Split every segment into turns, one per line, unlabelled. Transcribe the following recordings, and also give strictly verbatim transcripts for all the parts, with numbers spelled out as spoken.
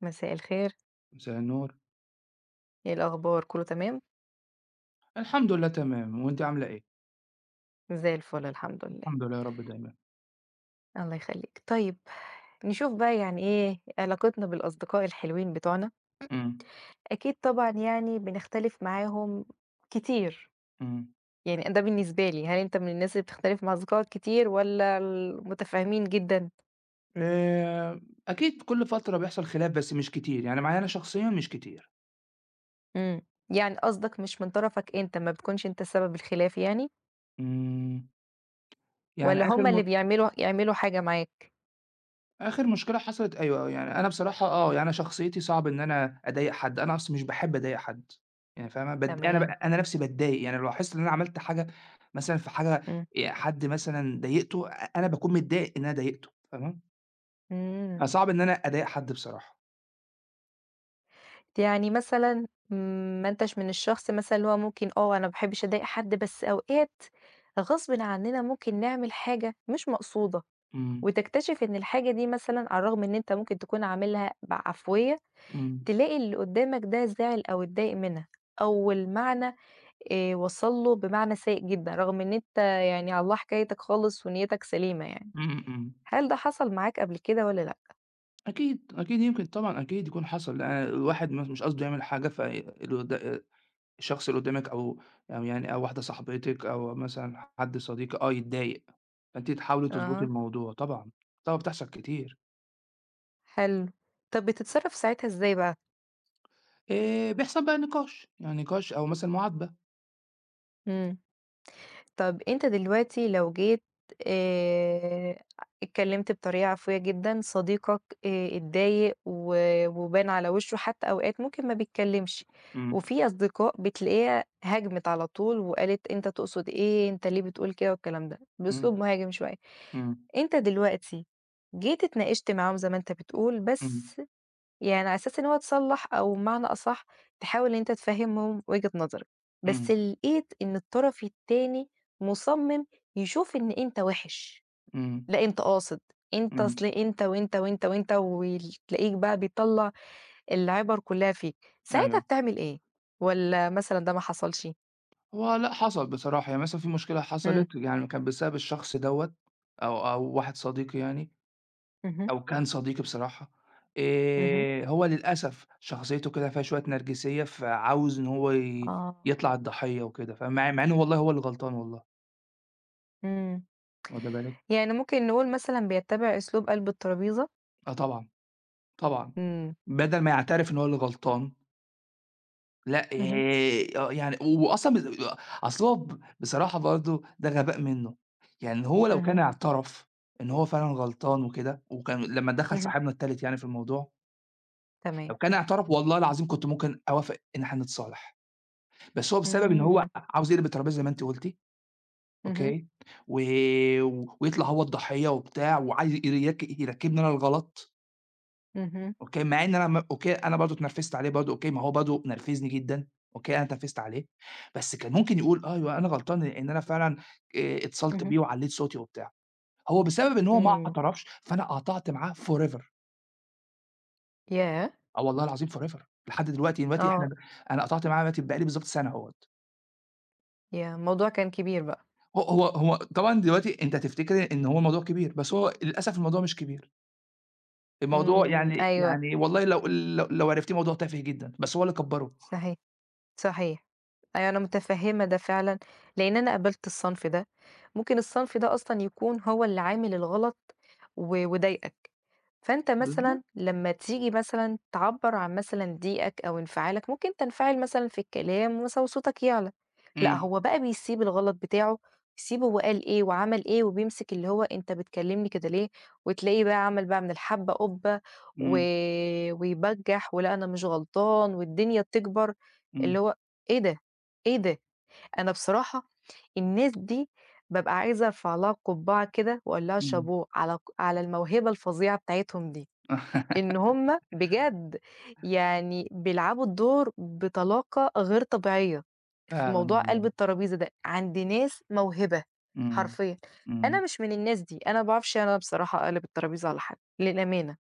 مساء الخير،
مساء النور.
إيه الأخبار كله تمام؟
الحمد لله تمام، وأنتِ عاملة إيه؟
زي الفل الحمد لله،
الحمد لله يا رب دايمًا.
الله يخلّيك. طيب نشوف بقى يعني إيه علاقتنا بالأصدقاء الحلوين بتوعنا،
إمم.
أكيد طبعًا يعني بنختلف معاهم كتير،
إمم.
يعني ده بالنسبة لي، هل أنت من الناس اللي بتختلف مع أصدقائك كتير والّا المتفاهمين جدًا؟
آآ، أكيد كل فترة بيحصل خلاف بس مش كتير، يعني معايا أنا شخصيًا مش كتير.
إمم، يعني قصدك مش من طرفك أنت، ما بتكونش أنت سبب الخلاف يعني
إمم.
والّا
يعني
هُم
آخر
اللي
م
بيعملوا يعملوا حاجة معاك؟
آخر مشكلة حصلت، أيوه، آه، يعني أنا بصراحة، آه، يعني أنا شخصيتي صعب إن أنا أضايق حد، أنا أصلًا مش باحب أضايق حد، يعني فاهمة؟ بات أنا ب
تمام،
أنا نفسي باتضايق، يعني لو لاحظت إن أنا عملت حاجة مثلًا، في حاجة،
إمم،
آآ، حد مثلًا ضايقته، أ أنا باكون متضايق إن أنا ضايقته، فاهمة؟
إمم.
فصعب إن أنا أضايق حد بصراحة.
يعني مثلًا ما أنتش من الشخص مثلًا اللي هو ممكن آه، أنا ما باحبش أضايق حد، بس أوقات غصبٍ عننا ممكن نعمل حاجة مش مقصودة،
إمم.
وتكتشف إن الحاجة دي مثلًا على الرغم إن أنت ممكن تكون عاملها بعفوية،
إمم.
تلاقي اللي قدامك ده زعل أو اتضايق منها، أو المعنى آآ وصل له بمعنى سيء جدًا، رغم إن أنت يعني على الله حكايتك خالص ونيتك سليمة يعني.
إمم. إمم.
هل ده حصل معاك قبل كده والّا لأ؟
أكيد، أكيد يمكن طبعًا أكيد يكون حصل. آآ الواحد م مش قصده يعمل حاجة، ف اللي قد الشخص اللي قدّامِك، أو أو يعني أو واحدة صاحبتِك، أو مثلًا حد صديقِك آه يتضايق، فأنتِ تحاولي تضبطي
أها،
الموضوع طبعًا، طبعًا بتحصل كتير.
حلو. طب بتتصرف ساعتها إزاي بقى؟
آآ بيحصل بقى نقاش، يعني نقاش أو مثلًا معاتبة.
إمم. طب أنت دلوقتي لو جيت آآ اتكلمت بطريقة عفوية جدًا، صديقك آآ اتضايق و وبان على وشه حتى أوقات ممكن ما بيتكلمش،
إمم.
وفي أصدقاء بتلاقيها هاجمت على طول وقالت أنت تقصد إيه، أنت ليه بتقول كده والكلام ده، بأسلوب
إمم.
مهاجم شوية.
إمم.
أنت دلوقتي جيت اتناقشت معاهم زي ما أنت بتقول،
إمم.
بس يعني على أساس إن هو اتصلّح أو بمعنى أصح تحاول إن أنت تفهّمهم وجهة نظرك، بس
إمم.
لقيت إن الطرف التاني مُصمِّم يشوف إن أنت وِحِش،
إمم.
لأ أنت قاصد، أنت
إمم.
أصل أنت، وأنت، وأنت، وأنت، وتلاقيك بقى بيطلّع العِبَر كُلّها فيك، ساعتها
أيوه.
بتعمل إيه؟ والّا مثلًا ده ما حصلش؟
هو لأ، حصل بصراحة، يعني مثلًا في مشكلة
إمم،
حصلت، يعني كان بسبب الشخص دوّة، أو أو واحد صديقي، يعني
اهم،
أو كان صديقي بصراحة.
اهم،
آآ هو للأسف شخصيته كده فيها شوية نرجسية، فعاوز إن هو ي
آه،
يطلع الضحية وكده، فمع مع إنه والله هو اللي غلطان والله،
إمم،
واخدة بالِك؟
يعني ممكن نقول مثلًا بيتّبع أسلوب قلب الترابيزة؟
آه طبعًا، طبعًا.
إمم،
بدل ما يعترف إن هو اللي غلطان، لأ،
اهم،
آآ آه يعني وأصلًا ب أصل هو، ب بصراحة، برضه ده غباء منه. يعني هو لو كان
اهم،
اعترف إن هو فعلًا غلطان وكده، وكان لمّا دخل
اهم،
صاحبنا التالت يعني في الموضوع،
تمام،
لو كان اعترف والله العظيم كنت ممكن أوافق إن إحنا نتصالح. بس هو، بسبب إن هو
إمم،
عاوز يقلب الترابيزة زي ما أنتِ قُلتِ،
اهم.
أوكي، و ويطلع هو الضحية وبتاع، وعايز يرك يركّبني أنا الغلط،
اهم،
أوكي، مع إن أنا، م أوكي، أنا برضه اتنرفزت عليه برضه، أوكي، ما هو برضه نرفزني جدًا، أوكي، أنا اتنرفزت عليه، بس كان ممكن يقول أيوه أنا غلطان، إن أنا فعلًا آآ اتصلت
اهم،
بيه وعلّيت صوتي وبتاع. هو بسبب إن هو ما
إمم،
اعترفش، فأنا قطعت معاه forever.
ياه!
آه والله العظيم، forever، لحد دلوقتي، دلوقتي
آه،
إحنا ب أنا قطعت معاه، دلوقتي بقى لي بالضبط سَنة أهوّة.
ياه! الموضوع كان كبير بقى،
هو هو هو طبعًا دلوقتي أنت هتفتكر إن هو الموضوع كبير، بس هو للأسف الموضوع مش كبير، الموضوع،
إمم،
يعني
أيوه،
يعني والله لو، لو لو عرفتيه، موضوع تافه جدًا، بس هو اللي كبّره.
صحيح. صحيح. أيوه أنا متفهّمة ده فعلًا، لإن أنا قابلت الصنف ده، ممكن الصنف ده أصلًا يكون هو اللي عامل الغلط و وضايقك، فأنت مثلًا
بالضبط.
لمّا تيجي مثلًا تعبّر عن مثلًا ضيقك أو انفعالك، ممكن تنفعل مثلًا في الكلام مثلًا وصوتك يعلى، لأ
إمم.
هو بقى بيسيب الغلط بتاعه، يسيبه وقال إيه وعمل إيه وبيمسك اللي هو أنت بتكلمني كده ليه، وتلاقيه بقى عمل بقى من الحبة قُبّة و
إمم.
ويبجّح، ولأ أنا مش غلطان والدنيا تكبر. اللي
إمم.
هو إيه ده، إيه ده؟ أنا بصراحة الناس دي بابقى عايزة أرفع لها قبّعة كده وأقول لها
إمم.
شابوه على ق على الموهبة الفظيعة بتاعتهم دي، إن هم بجد يعني بيلعبوا الدور بطلاقة غير طبيعية في
فعلًا
موضوع
والله.
قلب الترابيزة ده، عند ناس موهبة
إمم.
حرفيًا، أنا
إمم.
مش من الناس دي، أنا ما باعرفش أنا بصراحة أقلب الترابيزة على حد للأمانة،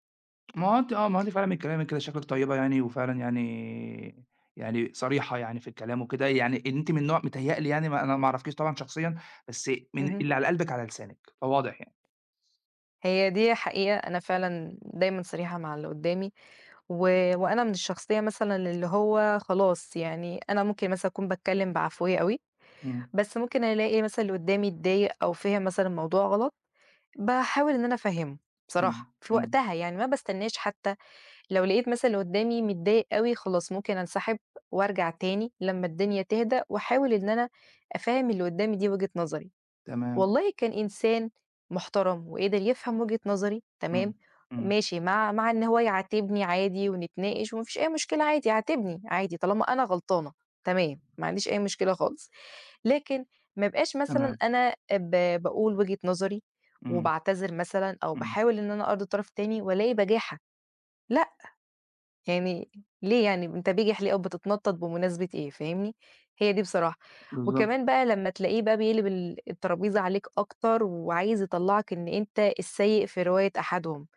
ما هو أنتِ آه، ما هو أنتِ فعلًا من كلامِك كده شكلِك طيبة، يعني وفعلًا يعني يعني صريحة يعني في الكلام وكده، يعني إن أنتِ من نوع متهيأ لي، يعني ما أنا ما أعرفكيش طبعًا شخصيًا، بس من
اهم،
اللي على قلبِك على لسانِك، فواضح يعني.
هي دي حقيقة أنا فعلًا دايمًا صريحة مع اللي قدّامي و وأنا من الشخصية مثلًا اللي هو خلاص يعني أنا ممكن مثلًا أكون باتكلم بعفوية أوي،
إمم.
بس ممكن ألاقي مثلًا اللي قدامي اتضايق أو فِهم مثلًا الموضوع غلط، باحاول إن أنا أفهّمه
إمم.
بصراحة، في
إمم.
وقتها يعني ما باستناش حتى لو لقيت مثلًا اللي قدامي متضايق أوي خلاص ممكن أنسحب وأرجع تاني لمّا الدنيا تهدى، وأحاول إن أنا أفهّم اللي قدامي دي وجهة نظري.
تمام.
والله كان إنسان محترم وقدر يفهم وجهة نظري تمام،
إمم. إمم.
ماشي مع مع إن هو يعاتبني عادي ونتناقش وما فيش أي مشكلة عادي يعاتبني عادي طالما أنا غلطانة تمام، ما عنديش أي مشكلة خالص، لكن ما ابقاش مثلًا
تمام.
أنا ب باقول وجهة نظري
إمم.
وباعتذر مثلًا أو
إمم.
باحاول إن أنا أرضي الطرف التاني وألاقي بجاحة، لأ. يعني ليه يعني أنت بجح ليه أو بتتنطط بمناسبة إيه، فاهمني؟ هي دي بصراحة.
بالضبط.
وكمان بقى لمّا تلاقيه بقى بيقلب ال الترابيزة عليك أكتر وعايز يطلّعك إن أنت السيء في رواية أحدهم،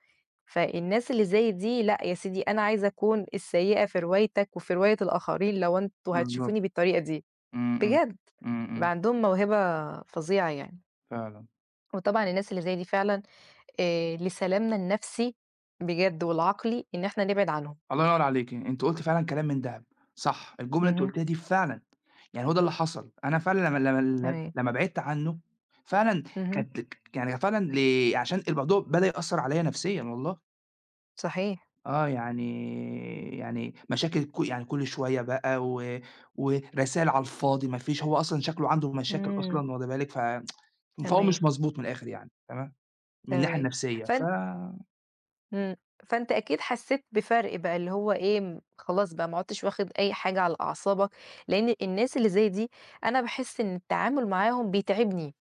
فالناس اللي زي دي لأ يا سيدي أنا عايزة أكون السيئة في روايتك وفي رواية الآخرين لو أنتم
بالضبط.
هتشوفوني بالطريقة دي،
إمم. إمم.
بجد
إمم.
بقى
إمم.
عندهم موهبة فظيعة يعني.
فعلًا.
وطبعًا الناس اللي زي دي فعلًا آآ لسلامنا النفسي بجد والعقلي إن إحنا نبعد عنهم.
الله ينور عليكِ، أنتِ قُلتِ فعلًا كلام من دهب. صح، الجملة اللي أنتِ
اهم،
قُلتيها دي فعلًا، يعني هو ده اللي حصل. أنا فعلًا لمّا، لمّا
تمام.
لمّا بعدت عنه فعلًا
اهم.
كانت، يعني فعلًا، ل عشان الموضوع بدأ يأثّر عليَّ نفسيًا والله،
صحيح،
آه، يعني يعني مشاكل، ك يعني كل شوية بقى، و ورسايل على الفاضي ما فيش، هو أصلًا شكله عنده مشاكل
إمم،
أصلًا، واخدة بالِك؟ ف فهو مش
تمام،
مضبوط من الآخر يعني، تمام. من الناحية
تمام.
النفسية. ف
فأنت إمم، فأنت أكيد حسّيت بفرق بقى اللي هو إيه، م خلاص بقى ما عُدتش واخد أي حاجة على أعصابك، لإن الناس اللي زي دي أنا باحس إن التعامل معاهم بيتعبني،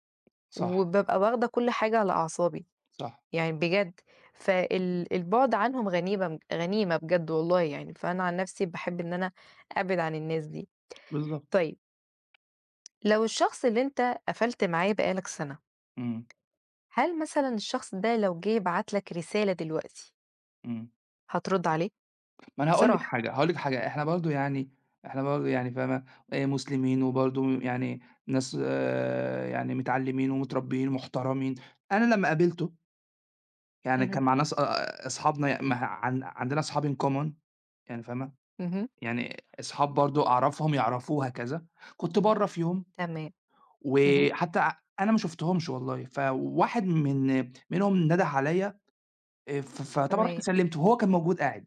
صح.
وبابقى واخدة كل حاجة على أعصابي،
صح.
يعني بجد، فال البُعد عنهم غنيمة غنيمة بجد والله يعني، فأنا عن نَفْسي باحب إن أنا أبعد عن الناس دي.
بالضبط.
طيب، لو الشخص اللي أنت قفلت معاه بقى لك سَنة
إمم.
هل مثلًا الشخص ده لو جه بعت لك رسالة دلوقتي،
إمم.
هترد عليه؟
ما أنا هاقول لِك
بصراحة.
حاجة، هاقول لِك حاجة، إحنا برضه يعني، إحنا برضه يعني فاهمة، آآ مسلمين وبرضه يعني ناس، آآ يعني متعلّمين ومتربّيين ومحترمين. أنا لمّا قابلته يعني
اهم،
كان مع ناس، آآ أصحابنا، ي ما عن عندنا أصحاب in common، يعني فاهمة،
اهم،
يعني أصحاب برضه أعرفهم يعرفوه هكذا، كنت برّه في يوم،
تمام، اهم،
وحتى أنا ما شُفتهمش والله، فواحد من منهم نَدَح عليّا، آآ ف فطبعًا رُحت
تمام،
سلِّمته، وهو كان موجود قاعد،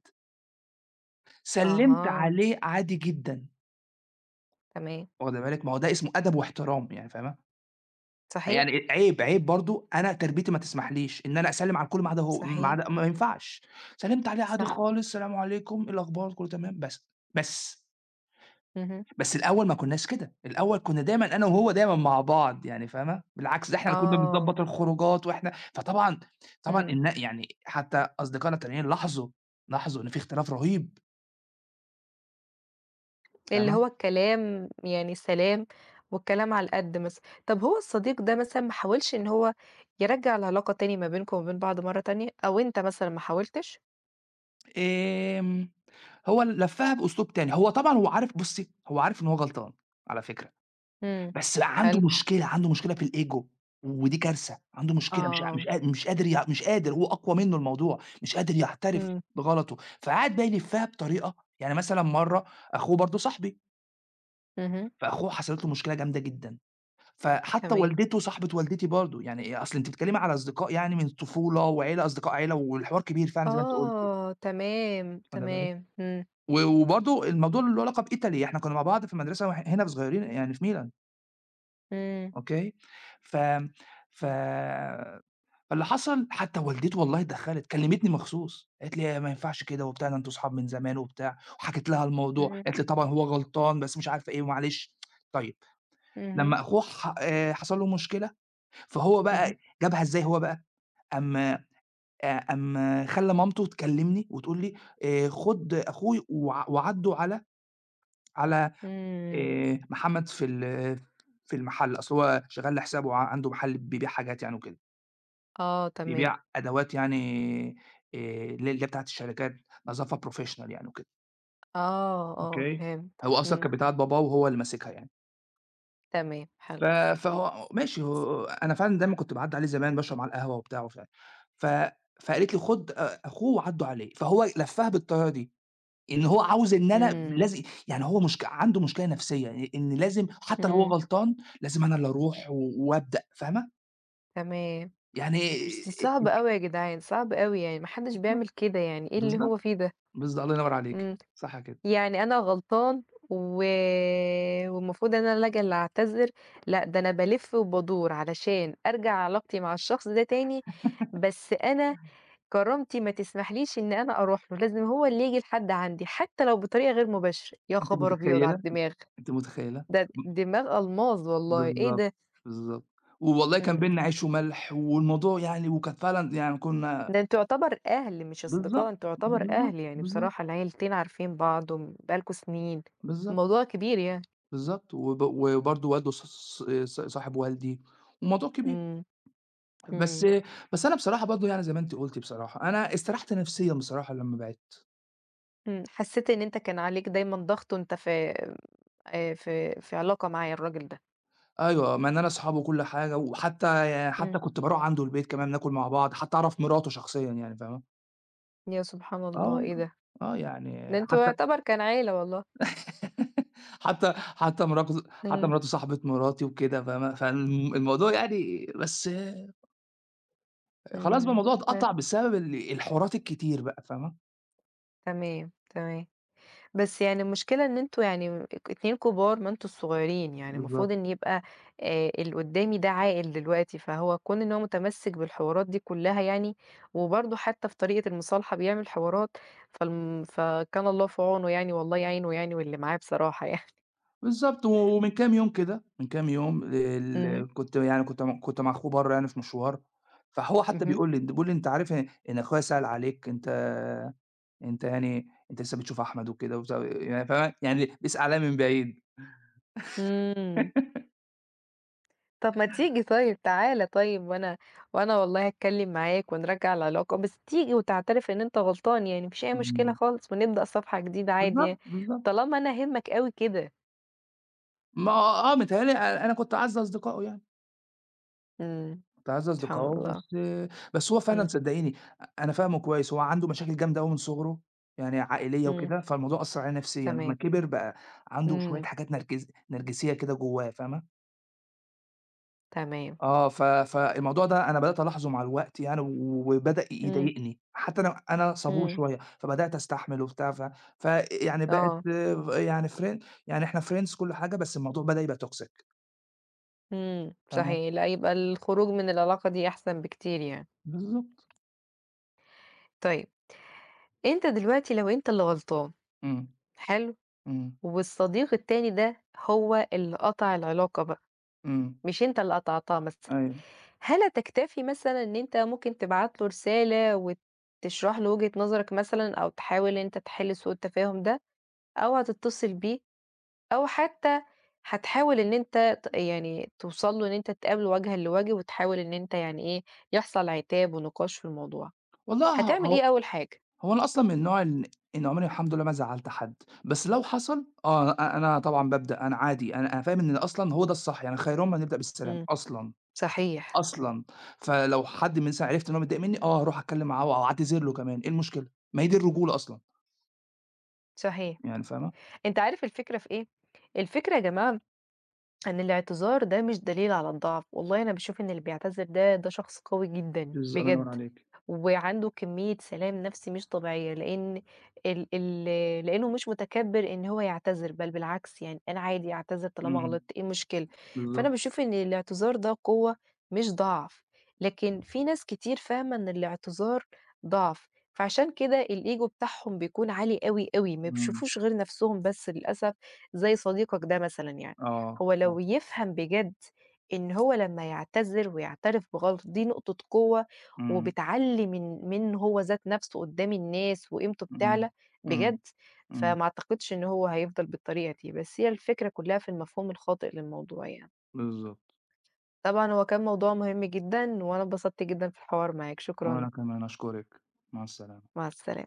سلِّمت
أها،
عليه عادي جدًا،
تمام،
واخدة بالِك؟ ما هو ده اسمه أدب واحترام، يعني فاهمة؟
صحيح،
يعني عيب، عيب، برضه أنا تربيتي ما تسمحليش إن أنا أسلِّم على الكل، ما عدا هو، ما
صحيح،
عدا ما ينفعش. سلِّمت عليه عادي
صح،
خالص، السلام عليكم، إيه الأخبار، كُلّه تمام، بس، بس،
اهم،
بس الأول ما كناش كده، الأول كنا دايمًا أنا وهو دايمًا مع بعض، يعني فاهمة؟ بالعكس ده إحنا اللي كنا
آه،
بنضبّط الخروجات، وإحنا فطبعًا، طبعًا
إمم،
النا يعني حتى أصدقائنا التانيين لاحظوا، لاحظوا إن في اختلاف رهيب،
اللي
فاهمة؟
هو الكلام يعني سلام والكلام على القد مثلًا. طب هو الصديق ده مثلًا ما حاولش إن هو يرجّع العلاقة تاني ما بينكم وما بين بعض مرّة تانية، أو أنت مثلًا ما حاولتش؟
آمم، هو لفّها بأسلوب تاني، هو طبعًا، هو عارف بُصّي، هو عارف إن هو غلطان على فكرة،
إمم،
بس بقى عنده
حلو،
مشكلة، عنده مشكلة في الego، ودي كارثة، عنده مشكلة، مش ع
آه،
مش قا مش قادر يع مش قادر، هو أقوى منّه الموضوع، مش قادر يعترف
إمم،
بغلطه، فقعد بقى يلفّها بطريقة، يعني مثلًا مرّة، أخوه برضه صاحبي،
اهم،
فأخوه حصلت له مشكلة جامدة جدًا، فحتى
تمام.
والدته صاحبة والدتي برضه، يعني أصل أنتِ بتتكلمي على أصدقاء، يعني من الطفولة، وعيلة أصدقاء عيلة، والحوار كبير فعلًا زي ما أنتِ قُلتِ.
آه، تمام، تمام، إمم،
و وبرضه الموضوع اللي له علاقة بItaly، إحنا كنا مع بعض في المدرسة، وإح هنا صغيرين يعني في ميلان،
إمم،
أوكي. ف ف فاللي حصل، حتى والدته والله اتدخّلت، كلمتني مخصوص، قالت لي: "ما ينفعش كده وبتاع، ده أنتم صحاب من زمان،" وبتاع، وحكيت لها الموضوع،
اهم،
قالت لي: "طبعًا هو غلطان، بس مش عارفة إيه، ومعلش." طيب
اهم،
لمّا أخوه، ح آآ حصل له مشكلة، فهو
اهم،
بقى، جابها إزاي هو بقى، قام آآ قام خلّى مامته تكلمني وتقول لي: "آآ خُد أخوي، وع وعاتبه على على
إمم،
آآ محمد في ال في المحل، أصل هو شغّال لحسابه، ع عنده محل بيبيع حاجات يعني وكده،
آه تمام،
بيبيع أدوات، يعني آآ اللي اللي هي بتاعة الشركات، نظافة professional يعني وكده."
آه، آه
أوكي.
فهمت،
هو أصلًا
إمم،
كانت بتاعة باباه، وهو اللي ماسكها يعني.
تمام حلو،
ف فهو ماشي، هو أنا فعلًا دايمًا كنت باعدّي عليه زمان، باشرب معاه القهوة وبتاع ومش عارف. ف فقالت لي خُد أ أخوه وعدّوا عليه، فهو لفّها بالطريقة دي، اللي هو عاوز إن أنا
إمم،
لازم، يعني هو مشك عنده مشكلة نفسية إ إن لازم، حتى لو هو
إمم،
غلطان، لازم أنا اللي أروح و وأبدأ، فاهمة؟
تمام،
يعني
بس دي صعبة أوي يا جدعان، صعبة أوي يعني ما حدش
بالضبط،
بيعمل كده يعني إيه اللي
بالضبط،
هو فيه ده؟
بالضبط، الله ينور عليكِ،
إمم،
صح كده.
يعني أنا غلطان و والمفروض أنا اللي آجي اللي أعتذر، لأ ده أنا بالِف وبادور علشان أرجع علاقتي مع الشخص ده تاني، بس أنا كرامتي ما تسمحليش إن أنا أروح له، لازم هو اللي ييجي لحد عندي، حتى لو بطريقة غير مباشرة، يا
أنتِ
خبر أبيض على
متخيّلة؟
الدماغ!
أنتِ متخيّلة؟
ده
ب
دماغ ألماظ والله، إيه
بالضبط،
ده!
بالضبط. والله كان
إمم،
بيننا عيش وملح، والموضوع يعني، وكانت فعلًا يعني كنا.
ده أنتم يعتبر أهل مش أصدقاء،
بالضبط،
أنتم يعتبر
بالضبط،
أهل يعني
بالضبط،
بصراحة، العيلتين عارفين بعض وم بقى لكم سنين،
بالضبط،
الموضوع كبير يعني.
بالضبط. وب وبرضه والده، ص ص ص صاحب والدي، والموضوع كبير.
إمم،
بس
إمم،
بس أنا بصراحة، برضه يعني زي ما أنتِ قُلتِ بصراحة، أنا استريحت نفسيًا بصراحة لمّا بعِدت.
إمم، حسيت إن أنت كان عليك دايمًا ضغط وأنت في آآ في في علاقة معاه الراجل ده.
أيوه، مع إن أنا أصحاب وكل حاجة، وحتى، يعني
إمم،
حتى كنت باروح عنده البيت كمان ناكل مع بعض، حتى أعرف مراته شخصيًا، يعني فاهمة؟
يا سبحان
آه
الله، إيه
والله،
ده!
آه
ده
يعني
أنتم
حتى
يعتبر كان عيلة والله.
حتى حتى مراته حتى
إمم،
مراته صاحبة مراتي وكده، فاهمة؟ فالم الموضوع يعني، بس خلاص بقى الموضوع
إمم.
اتقطع بسبب ال الحوارات الكتير بقى، فاهمة؟
تمام، تمام. بس يعني المشكلة إن أنتم يعني ك اتنين كبار ما أنتم الصغيرين، يعني المفروض
بالضبط.
إن يبقى آآ اللي قدّامي ده عاقل دلوقتي، فهو كون إن هو متمسِّك بالحوارات دي كلّها يعني، وبرضه حتى في طريقة المصالحة بيعمل حوارات، فالم فكان الله في عونه يعني والله يعينه يعني واللي معاه بصراحة يعني.
بالضبط، و ومن كام يوم كده، من كام يوم ال
اهم،
ال- كنت يعني كنت م كنت مع أخوه برّه يعني في مشوار، فهو حتى
اهم.
بيقول لي أنت بيقول لي: "أنت عارف إن إن أخويا سأل عليك، أنت أنت يعني أنت لسه بتشوف أحمد وكده." وبتاع، يعني فاهم، يعني بيسأل عليَّ من بعيد.
إمم. طب ما تيجي طيب تعالَ طيب وأنا وأنا والله هاتكلّم معاك ونرجّع العلاقة، بس تيجي وتعترف إن أنت غلطان يعني ما فيش أي مشكلة
إمم،
خالص، ونبدأ صفحة جديدة عادي يعني،
بالضبط، بالضبط.
طالما أنا هامِّك أوي كده.
ما آه، متهيأ لي أ أنا كنت أعز أصدقائه يعني،
إمم،
أعز
سبحان
أصدقائه،
الله،
بس بس هو فعلًا
إمم،
صدّقيني، أ أنا فاهمه كويس، هو عنده مشاكل جامدة أوي من صغره، يعني عائلية
إمم،
وكده، فالموضوع أثّر عليه نفسيًا، لمّا
تمام،
كبر بقى عنده شوية
إمم،
حاجات نرجس نرجسية كده جوّاه، فاهمة؟
تمام،
آه، ف فالموضوع ده أنا بدأت ألاحظه مع الوقت يعني، وبدأ
إمم،
يضايقني، حتى أنا أنا صبور
إمم،
شوية، فبدأت أستحمل وبتاع. ف فيعني بقت،
آه،
يعني friend، يعني إحنا friends كل حاجة، بس الموضوع بدأ يبقى toxic،
إمم،
فاهمة؟
صحيح، لأ يبقى الخروج من العلاقة دي أحسن بكتير يعني.
بالضبط،
طيب أنت دلوقتي لو أنت اللي غلطان،
إمم،
حلو،
إمم،
والصديق التاني ده هو اللي قطع العلاقة بقى.
إمم،
مش أنت اللي قطعتها مثلًا،
أيوه،
هل هتكتفي مثلًا إن أنت ممكن تبعت له رسالة وتشرح له وجهة نظرك مثلًا أو تحاول إن أنت تحل سوء التفاهم ده، أو هتتصل بيه أو حتى هتحاول إن أنت ت يعني توصل له إن أنت تتقابلوا وجهًا لوجه وتحاول إن أنت يعني إيه، يحصل عتاب ونقاش في الموضوع،
والله، ه
هتعمل
هو
إيه أول حاجة؟
هو أنا أصلًا من النوع إن إن عمري الحمد لله ما زعّلت حد، بس لو حصل، آه، أ أنا طبعًا بابدأ أنا عادي، أنا أنا فاهم إن أصلًا هو ده الصح، يعني خيرهم أن يبدأ بالسلام
إمم،
أصلًا.
صحيح،
أصلًا، فلو حد مثلًا عرفت إن هو متضايق منّي، آه، هاروح أتكلّم معاه وأعتذر له كمان، إيه المشكلة؟ ما هي دي الرجولة أصلًا،
صحيح.
يعني فاهمة؟
أنت عارف الفكرة في إيه؟ الفكرة يا جماعة إن الاعتذار ده مش دليل على الضعف، والله أنا باشوف إن اللي بيعتذر ده، ده شخص قوي جدًا
بالض الله ينوّر
بجد،
عليكِ.
وعنده كمية سلام نفسي مش طبيعية، لإن ال ال لإنه مش متكبّر إن هو يعتذر، بل بالعكس يعني أنا عادي أعتذر طالما
إمم،
غلطت، إيه المشكلة؟ فأنا
بالضبط،
باشوف إن الاعتذار ده قوة مش ضعف، لكن في ناس كتير فاهمة إن الاعتذار ضعف، فعشان كده الego بتاعهم بيكون عالي أوي، أوي، ما
إمم،
بيشوفوش غير نفسهم بس للأسف، زي صديقك ده مثلًا يعني.
آه،
هو
صح،
لو يفهم بجد إن هو لمّا يعتذر ويعترف بغلطه دي نقطة قوة،
إمم،
وبتعلّي من من هو ذات نفسه قدّام الناس وقيمته
إمم،
بتعلى بجد،
إمم، إمم،
فما أعتقدش إن هو هيفضل بالطريقة دي، بس هي الفكرة كلّها في المفهوم الخاطئ للموضوع يعني.
بالضبط.
طبعًا هو كان موضوع مهم جدًا، وأنا اتبسطت جدًا في الحوار معاك، شكرًا،
وأنا كمان أشكرِك، مع السلامة.
مع السلا